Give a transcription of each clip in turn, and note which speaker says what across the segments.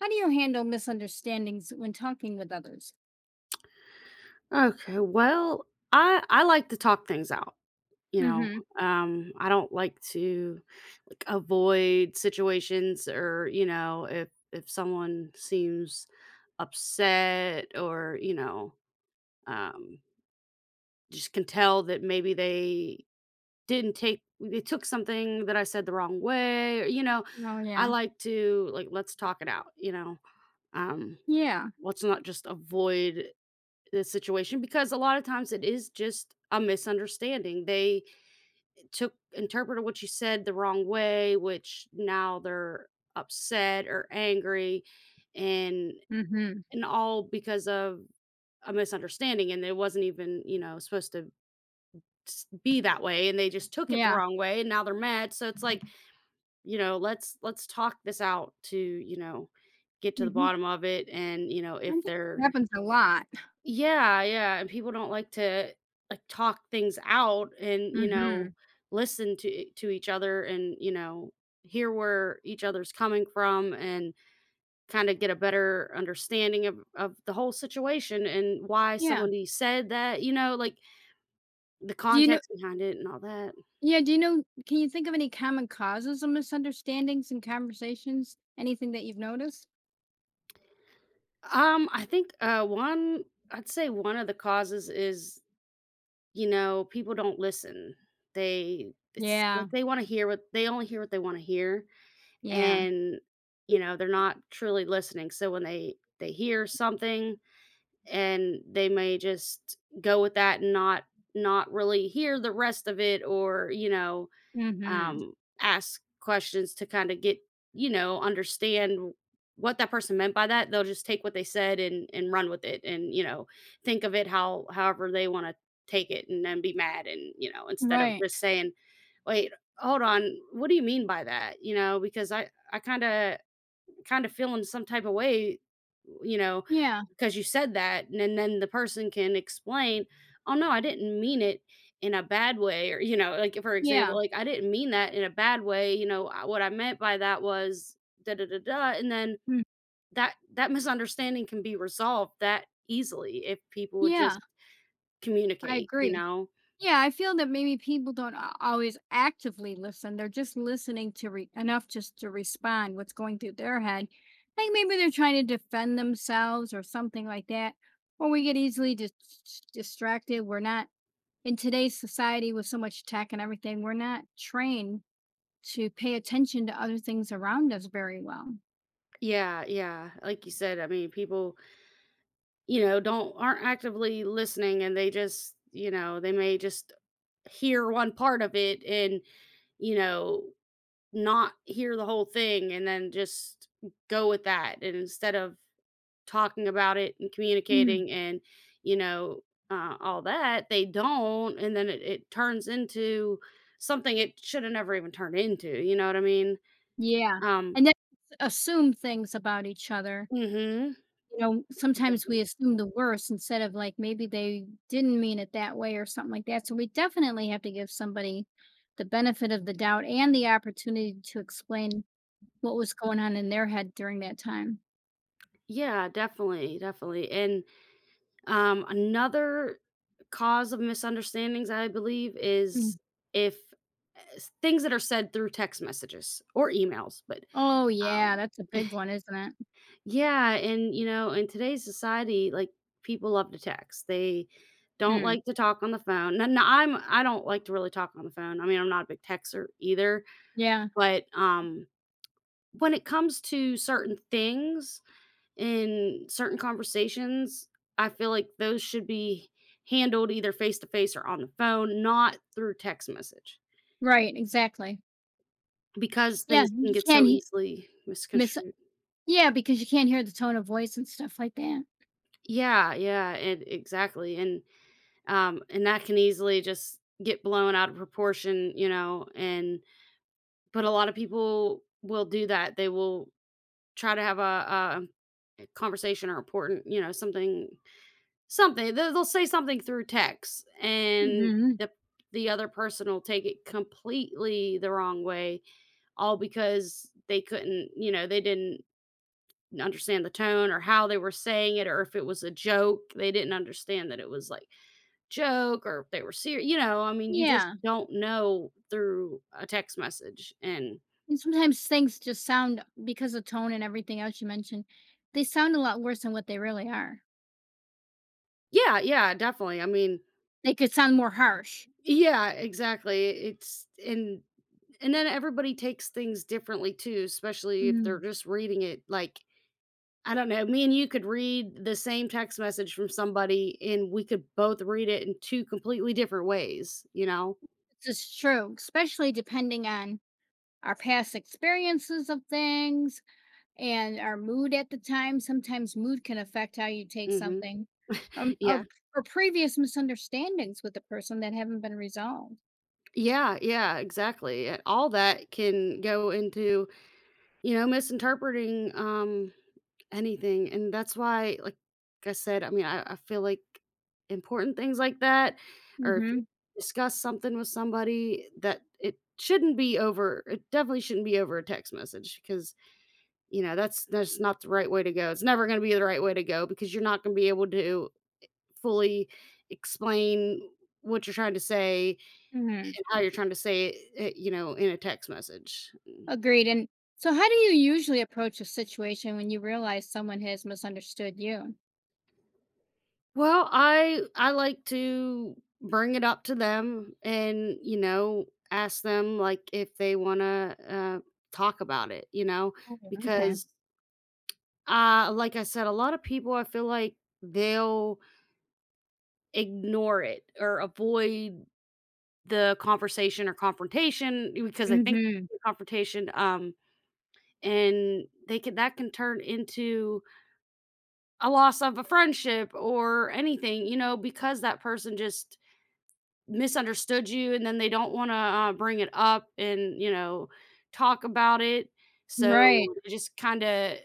Speaker 1: How do you handle misunderstandings when talking with others?
Speaker 2: Okay, well, I like to talk things out, you know.
Speaker 1: Hmm.
Speaker 2: I don't like to like avoid situations or, if someone seems upset or, um just can tell that maybe they didn't take they took something that I said the wrong way or,
Speaker 1: Oh
Speaker 2: I
Speaker 1: yeah.
Speaker 2: like to like let's talk it out. Um
Speaker 1: Yeah.
Speaker 2: let's not just avoid the situation, because a lot of times it is just a misunderstanding. They took interpreted what you said the wrong way, which now they're upset or angry, and
Speaker 1: Mm-hmm.
Speaker 2: and all because of a misunderstanding, and it wasn't even, supposed to be that way, and they just took it the
Speaker 1: Yeah.
Speaker 2: wrong way and now they're mad. So it's like, let's talk this out, to get to the
Speaker 1: Hmm.
Speaker 2: bottom of it and,
Speaker 1: I
Speaker 2: if
Speaker 1: think it
Speaker 2: they're…
Speaker 1: happens a lot.
Speaker 2: Yeah, yeah, and people don't like to, like, talk things out and,
Speaker 1: Hmm.
Speaker 2: listen to to each other and, hear where each other's coming from, and kinda get a better understanding of the whole situation and why
Speaker 1: Yeah.
Speaker 2: somebody said that, like, the
Speaker 1: Do you know
Speaker 2: context behind it and all that.
Speaker 1: yeah, do you know can you think of any common causes of misunderstandings in conversations? Anything that you've noticed?
Speaker 2: I think, one I'd say one of the causes is, people don't listen. They it's like
Speaker 1: Yeah.
Speaker 2: they wanna hear what they only hear what they wanna hear.
Speaker 1: Yeah.
Speaker 2: And they're not truly listening, so when they hear something, and they may just go with that and not really hear the rest of it, or you know
Speaker 1: Mm-hmm.
Speaker 2: um, ask questions to kind of get, understand what that person meant by that. They'll just take what they said and run with it, and, think of it however they want to take it, and then be mad, and, instead of
Speaker 1: Right.
Speaker 2: just saying, "Wait, hold on. What do you mean by that?" Because I kind of feel in some type of way, you know,
Speaker 1: Yeah.
Speaker 2: because you said that, and then the person can explain, "Oh, no, I didn't mean it in a bad way," or like, for
Speaker 1: Yeah.
Speaker 2: example, like, "I didn't mean that in a bad way, What I meant by that was da da da da." And then
Speaker 1: Mm.
Speaker 2: that misunderstanding can be resolved that easily if people would
Speaker 1: Yeah.
Speaker 2: just
Speaker 1: I
Speaker 2: communicate you
Speaker 1: agree.
Speaker 2: know
Speaker 1: Yeah, I feel that maybe people don't always actively listen. They're just listening to enough just to respond what's going through their head. Like maybe they're trying to defend themselves or something like that. Or we get easily distracted. We're not in today's society with so much tech and everything. We're not trained to pay attention to other things around us very well.
Speaker 2: Yeah, yeah, like you said, I mean, people, don't, aren't actively listening, and they just, they may just hear one part of it, and, you know not hear the whole thing, and then just go with that, and instead of talking about it and
Speaker 1: Mm.
Speaker 2: communicating and, you know all that, they don't, and then it turns into something it should have never even turned into, you know what I mean?
Speaker 1: Yeah,
Speaker 2: um
Speaker 1: and then assume things about each other.
Speaker 2: mm-hmm.
Speaker 1: Sometimes we
Speaker 2: Definitely.
Speaker 1: assume the worst instead of like maybe they didn't mean it that way or something like that. So we definitely have to give somebody the benefit of the doubt and the opportunity to explain what was going on in their head during that time.
Speaker 2: Yeah, definitely, definitely, and another cause of misunderstandings, I believe, is
Speaker 1: Mm.
Speaker 2: if things that are said through text messages or emails, but
Speaker 1: Oh
Speaker 2: um
Speaker 1: yeah, that's a big one, isn't it?
Speaker 2: yeah, and, in today's society, like, people love to text. They don't
Speaker 1: Mm.
Speaker 2: like to talk on the phone. No, no, I don't like to really talk on the phone. I mean, I'm not a big texter either,
Speaker 1: Yeah,
Speaker 2: but, when it comes to certain things and certain conversations, I feel like those should be handled either face to face or on the phone, not through text message,
Speaker 1: right, exactly.
Speaker 2: because
Speaker 1: Yeah,
Speaker 2: things can
Speaker 1: you
Speaker 2: get
Speaker 1: can't
Speaker 2: so easily
Speaker 1: miss.
Speaker 2: misconstrued.
Speaker 1: Yeah, because you can't hear the tone of voice and stuff like that.
Speaker 2: Yeah, yeah, and exactly, and that can easily just get blown out of proportion, and but a lot of people will do that. They will try to have a conversation, or important, something something. They'll say something through text, and
Speaker 1: Hmm.
Speaker 2: the the other person will take it completely the wrong way, all because they couldn't, they didn't understand the tone or how they were saying it, or if it was a joke. They didn't understand that it was like joke, or if they were serious. You know, I mean, you just
Speaker 1: Yeah.
Speaker 2: don't know through a text message. And
Speaker 1: And sometimes things just sound because of tone and everything else you mentioned, they sound a lot worse than what they really are.
Speaker 2: yeah, yeah, definitely. I mean,
Speaker 1: They could sound more harsh.
Speaker 2: yeah, exactly. It's And then everybody takes things differently too, especially if they're
Speaker 1: Mm.
Speaker 2: just reading it. Like, I don't know, me and you could read the same text message from somebody and we could both read it in two completely different ways, you know?
Speaker 1: This is true, especially depending on our past experiences of things and our mood at the time. Sometimes mood can affect how you take
Speaker 2: Mhm.
Speaker 1: something,
Speaker 2: Yeah.
Speaker 1: or, previous misunderstandings with the person that haven't been resolved.
Speaker 2: Yeah, yeah, exactly. And all that can go into, misinterpreting anything. And that's why, like I said, I mean, I feel like important things like that, or if you
Speaker 1: Hmm.
Speaker 2: discuss something with somebody, that it shouldn't be over, it definitely shouldn't be over a text message, because, that's not the right way to go. It's never going to be the right way to go, because you're not going to be able to fully explain what you're trying to say
Speaker 1: Hmm.
Speaker 2: and how you're trying to say it, in a text message.
Speaker 1: Agreed. And so, how do you usually approach a situation when you realize someone has misunderstood you?
Speaker 2: Well, I like to bring it up to them and, ask them like if they want to talk about it,
Speaker 1: Oh, okay.
Speaker 2: because like I said, a lot of people I feel like they'll ignore it or avoid the conversation or confrontation, because they think
Speaker 1: Mhm.
Speaker 2: it's a confrontation, and they can that can turn into a loss of a friendship or anything, because that person just misunderstood you, and then they don't wanna, bring it up and, talk about it.
Speaker 1: Right.
Speaker 2: So, they just kinda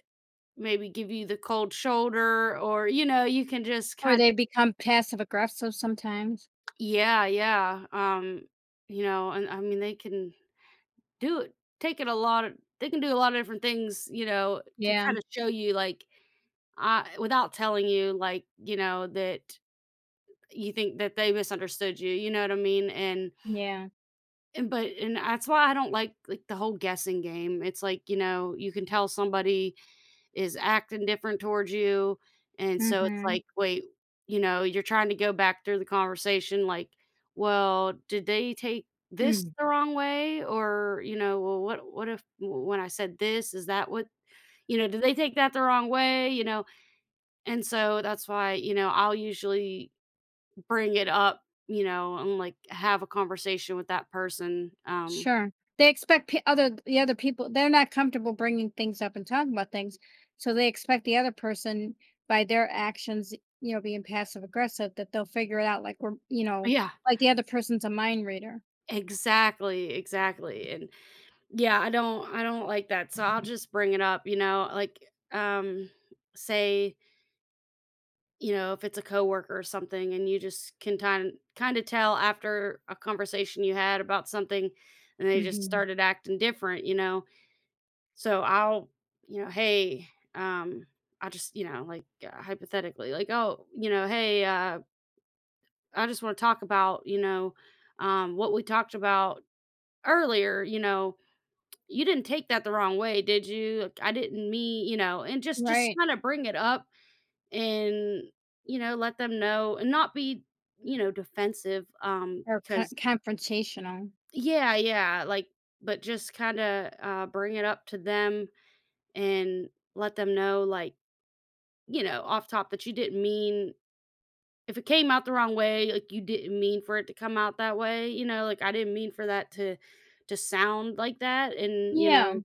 Speaker 2: maybe give you the cold shoulder, or, you can just
Speaker 1: Or
Speaker 2: kind of…
Speaker 1: they become passive aggressive sometimes.
Speaker 2: Yeah, yeah, and I mean, they can do it take it a lot of they can do a lot of different things, to
Speaker 1: Yeah.
Speaker 2: kinda show you, like, without telling you, like, that you think that they misunderstood you, you know what I mean? And
Speaker 1: Yeah.
Speaker 2: And but and that's why I don't like, the whole guessing game. It's like, you can tell somebody is acting different towards you, and so it's
Speaker 1: Mhm.
Speaker 2: like, wait, you're trying to go back through the conversation like, "Well, did they take this
Speaker 1: Mm.
Speaker 2: the wrong way?" Or, "Well, what if when I said this, is that what…" you know, "Did they take that the wrong way?" You know? And so that's why, I'll usually bring it up, and, like, have a conversation with that person,
Speaker 1: Sure. They expect p other the other people they're not comfortable bringing things up and talking about things, so they expect the other person by their actions, being passive aggressive that they'll figure it out like we're,
Speaker 2: yeah.
Speaker 1: like the other person's a mind reader.
Speaker 2: Exactly, exactly, and yeah, I don't like that, so I'll just bring it up, like, um, say, if it's a coworker or something and you just can kinda tell after a conversation you had about something, and they just
Speaker 1: Mhm.
Speaker 2: started acting different, so I'll, "Hey," um, I just, like, hypothetically, like, "Oh," you know, "Hey, I just wanna talk about, what we talked about earlier," you know, "You didn't take that the wrong way, did you? I didn't mean…" You know, and just
Speaker 1: Right.
Speaker 2: kinda bring it up and, let them know, and not be, defensive,
Speaker 1: Or co
Speaker 2: because…
Speaker 1: confrontational.
Speaker 2: Yeah, yeah, like, but just kinda, bring it up to them and let them know, like, off top, that you didn't mean, if it came out the wrong way, like, you didn't mean for it to come out that way, like, I didn't mean for that to sound like that, and, you
Speaker 1: Yeah.
Speaker 2: know,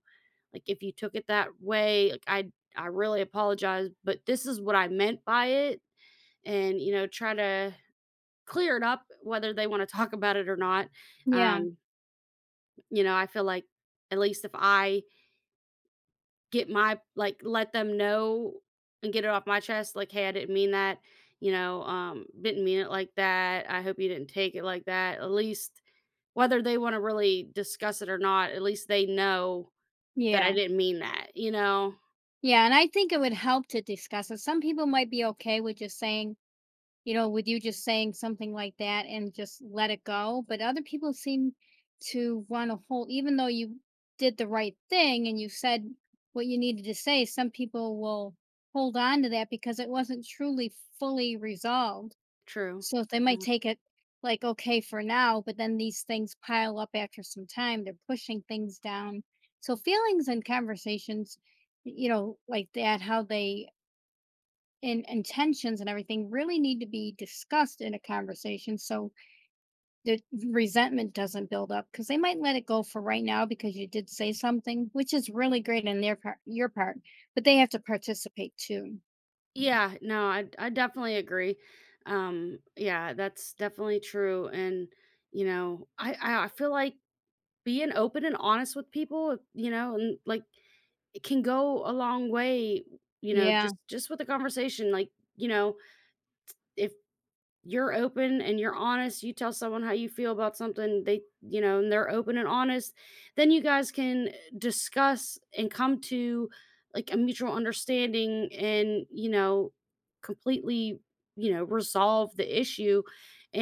Speaker 2: like, if you took it that way, like, I really apologize, but this is what I meant by it, and, try to clear it up whether they wanna talk about it or not.
Speaker 1: Yeah.
Speaker 2: Um, I feel like, at least if I let them know, and get it off my chest, like, "Hey, I didn't mean that," "Didn't mean it like that. I hope you didn't take it like that." At least whether they wanna really discuss it or not, at least they know that I
Speaker 1: Yeah.
Speaker 2: didn't mean that, you know?
Speaker 1: Yeah, and I think it would help to discuss it. Some people might be okay with just saying, with you just saying something like that and just let it go. But other people seem to want to hold, even though you did the right thing and you said what you needed to say, some people will hold on to that because it wasn't truly fully resolved.
Speaker 2: True.
Speaker 1: So they might take it like okay for now, but then these things pile up after some time. They're pushing things down. So feelings and conversations, like that, how they and intentions and everything really need to be discussed in a conversation so the resentment doesn't build up because they might let it go for right now because you did say something which is really great on their part your part but they have to participate too.
Speaker 2: Yeah, no, I definitely agree. Yeah, that's definitely true. And I feel like being open and honest with people, and like, it can go a long way.
Speaker 1: Yeah,
Speaker 2: Just with the conversation, like, if you're open and you're honest, you tell someone how you feel about something, and they're open and honest, then you guys can discuss and come to, like, a mutual understanding and, completely, resolve the issue,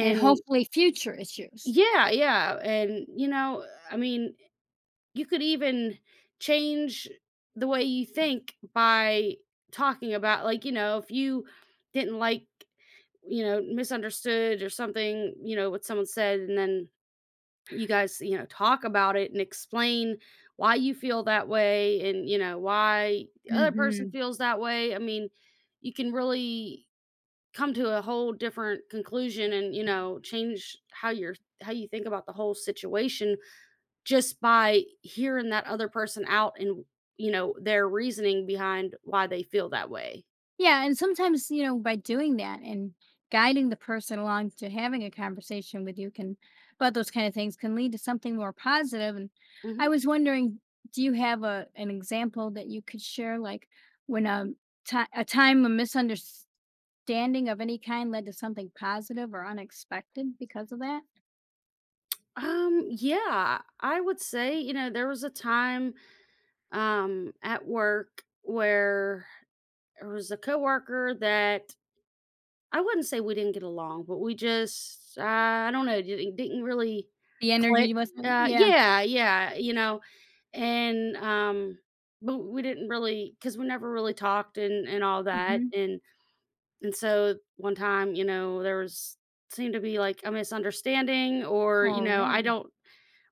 Speaker 1: and hopefully future issues.
Speaker 2: Yeah, yeah, and, I mean, you could even change the way you think by talking about, like, if you didn't like you know, misunderstood or something, what someone said, and then you guys, talk about it and explain why you feel that way, and, why the other person
Speaker 1: Hmm.
Speaker 2: feels that way. I mean, you can really come to a whole different conclusion, and, change how you think about the whole situation, just by hearing that other person out, and, their reasoning behind why they feel that way.
Speaker 1: Yeah, and sometimes, by doing that and guiding the person along to having a conversation with you can about those kind of things can lead to something more positive. And I
Speaker 2: Mhm.
Speaker 1: was wondering, do you have a an example that you could share, like when a time a misunderstanding of any kind led to something positive or unexpected because of that?
Speaker 2: Yeah, I would say, there was a time at work where there was a coworker that I wouldn't say we didn't get along, but we just I don't know, didn't really
Speaker 1: The
Speaker 2: click.
Speaker 1: energy wasn't, yeah.
Speaker 2: Yeah, yeah, and but we didn't really, cuz we never really talked and all that,
Speaker 1: Hmm.
Speaker 2: and so one time, there was seemed to be like a misunderstanding, or,
Speaker 1: Oh,
Speaker 2: I
Speaker 1: really?
Speaker 2: don't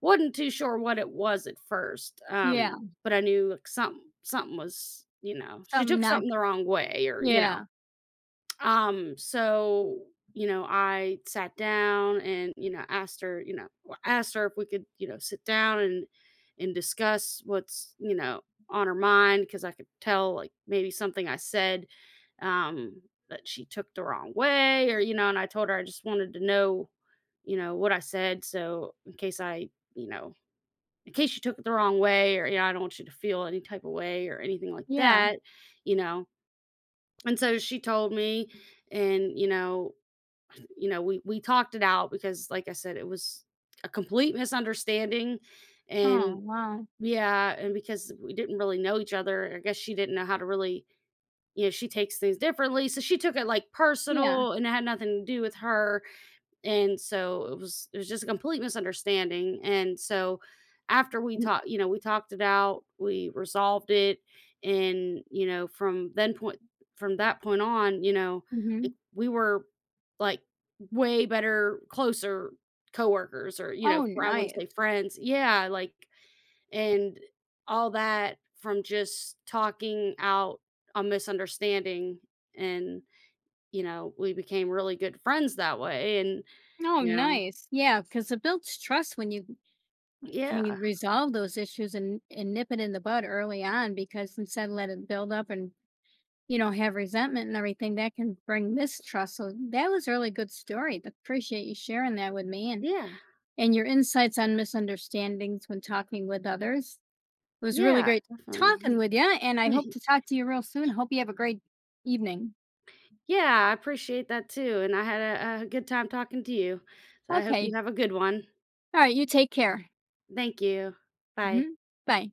Speaker 2: wasn't too sure what it was at first,
Speaker 1: Yeah,
Speaker 2: but I knew, like, something she
Speaker 1: something
Speaker 2: took
Speaker 1: not,
Speaker 2: something the wrong way, or, you know.
Speaker 1: yeah,
Speaker 2: So, I sat down and, asked her if we could, sit down and discuss what's, on her mind, because I could tell, like, maybe something I said, um, that she took the wrong way, or, and I told her I just wanted to know, what I said, so in case I, you know in case you took it the wrong way, or, I don't want you to feel any type of way or anything like
Speaker 1: yeah.
Speaker 2: that, you know. And so she told me, and, we talked it out, because like I said, it was a complete misunderstanding.
Speaker 1: Oh,
Speaker 2: And
Speaker 1: wow,
Speaker 2: yeah, and because we didn't really know each other, I guess she didn't know how to really, she takes things differently. So she took it like
Speaker 1: yeah.
Speaker 2: personal, and it had nothing to do with her. And so it was just a complete misunderstanding, and so after we talked you know, we talked it out, we resolved it, and, from that point on,
Speaker 1: Mm-hmm.
Speaker 2: like, we were, like, way better, closer coworkers, or,
Speaker 1: Oh,
Speaker 2: I wouldn't
Speaker 1: nice.
Speaker 2: say friends… Yeah, like, and all that, from just talking out a misunderstanding, and, we became really good friends that way, and,
Speaker 1: Oh,
Speaker 2: you know…
Speaker 1: nice. Yeah, because it builds trust when you
Speaker 2: Yeah,
Speaker 1: can resolve those issues and nip it in the bud early on because instead let it build up and, have resentment and everything, that can bring mistrust. So that was a really good story. Appreciate you sharing that with me and,
Speaker 2: yeah,
Speaker 1: and your insights on misunderstandings when talking with others. It was really
Speaker 2: yeah,
Speaker 1: great talking
Speaker 2: definitely.
Speaker 1: with you, and I hope to talk to you real soon. Hope you have a great evening.
Speaker 2: Yeah, I appreciate that too, and I had a good time talking to you, so I hope
Speaker 1: Okay.
Speaker 2: you have a good one.
Speaker 1: All right. You take care.
Speaker 2: Thank you. Bye.
Speaker 1: Hmm. Bye.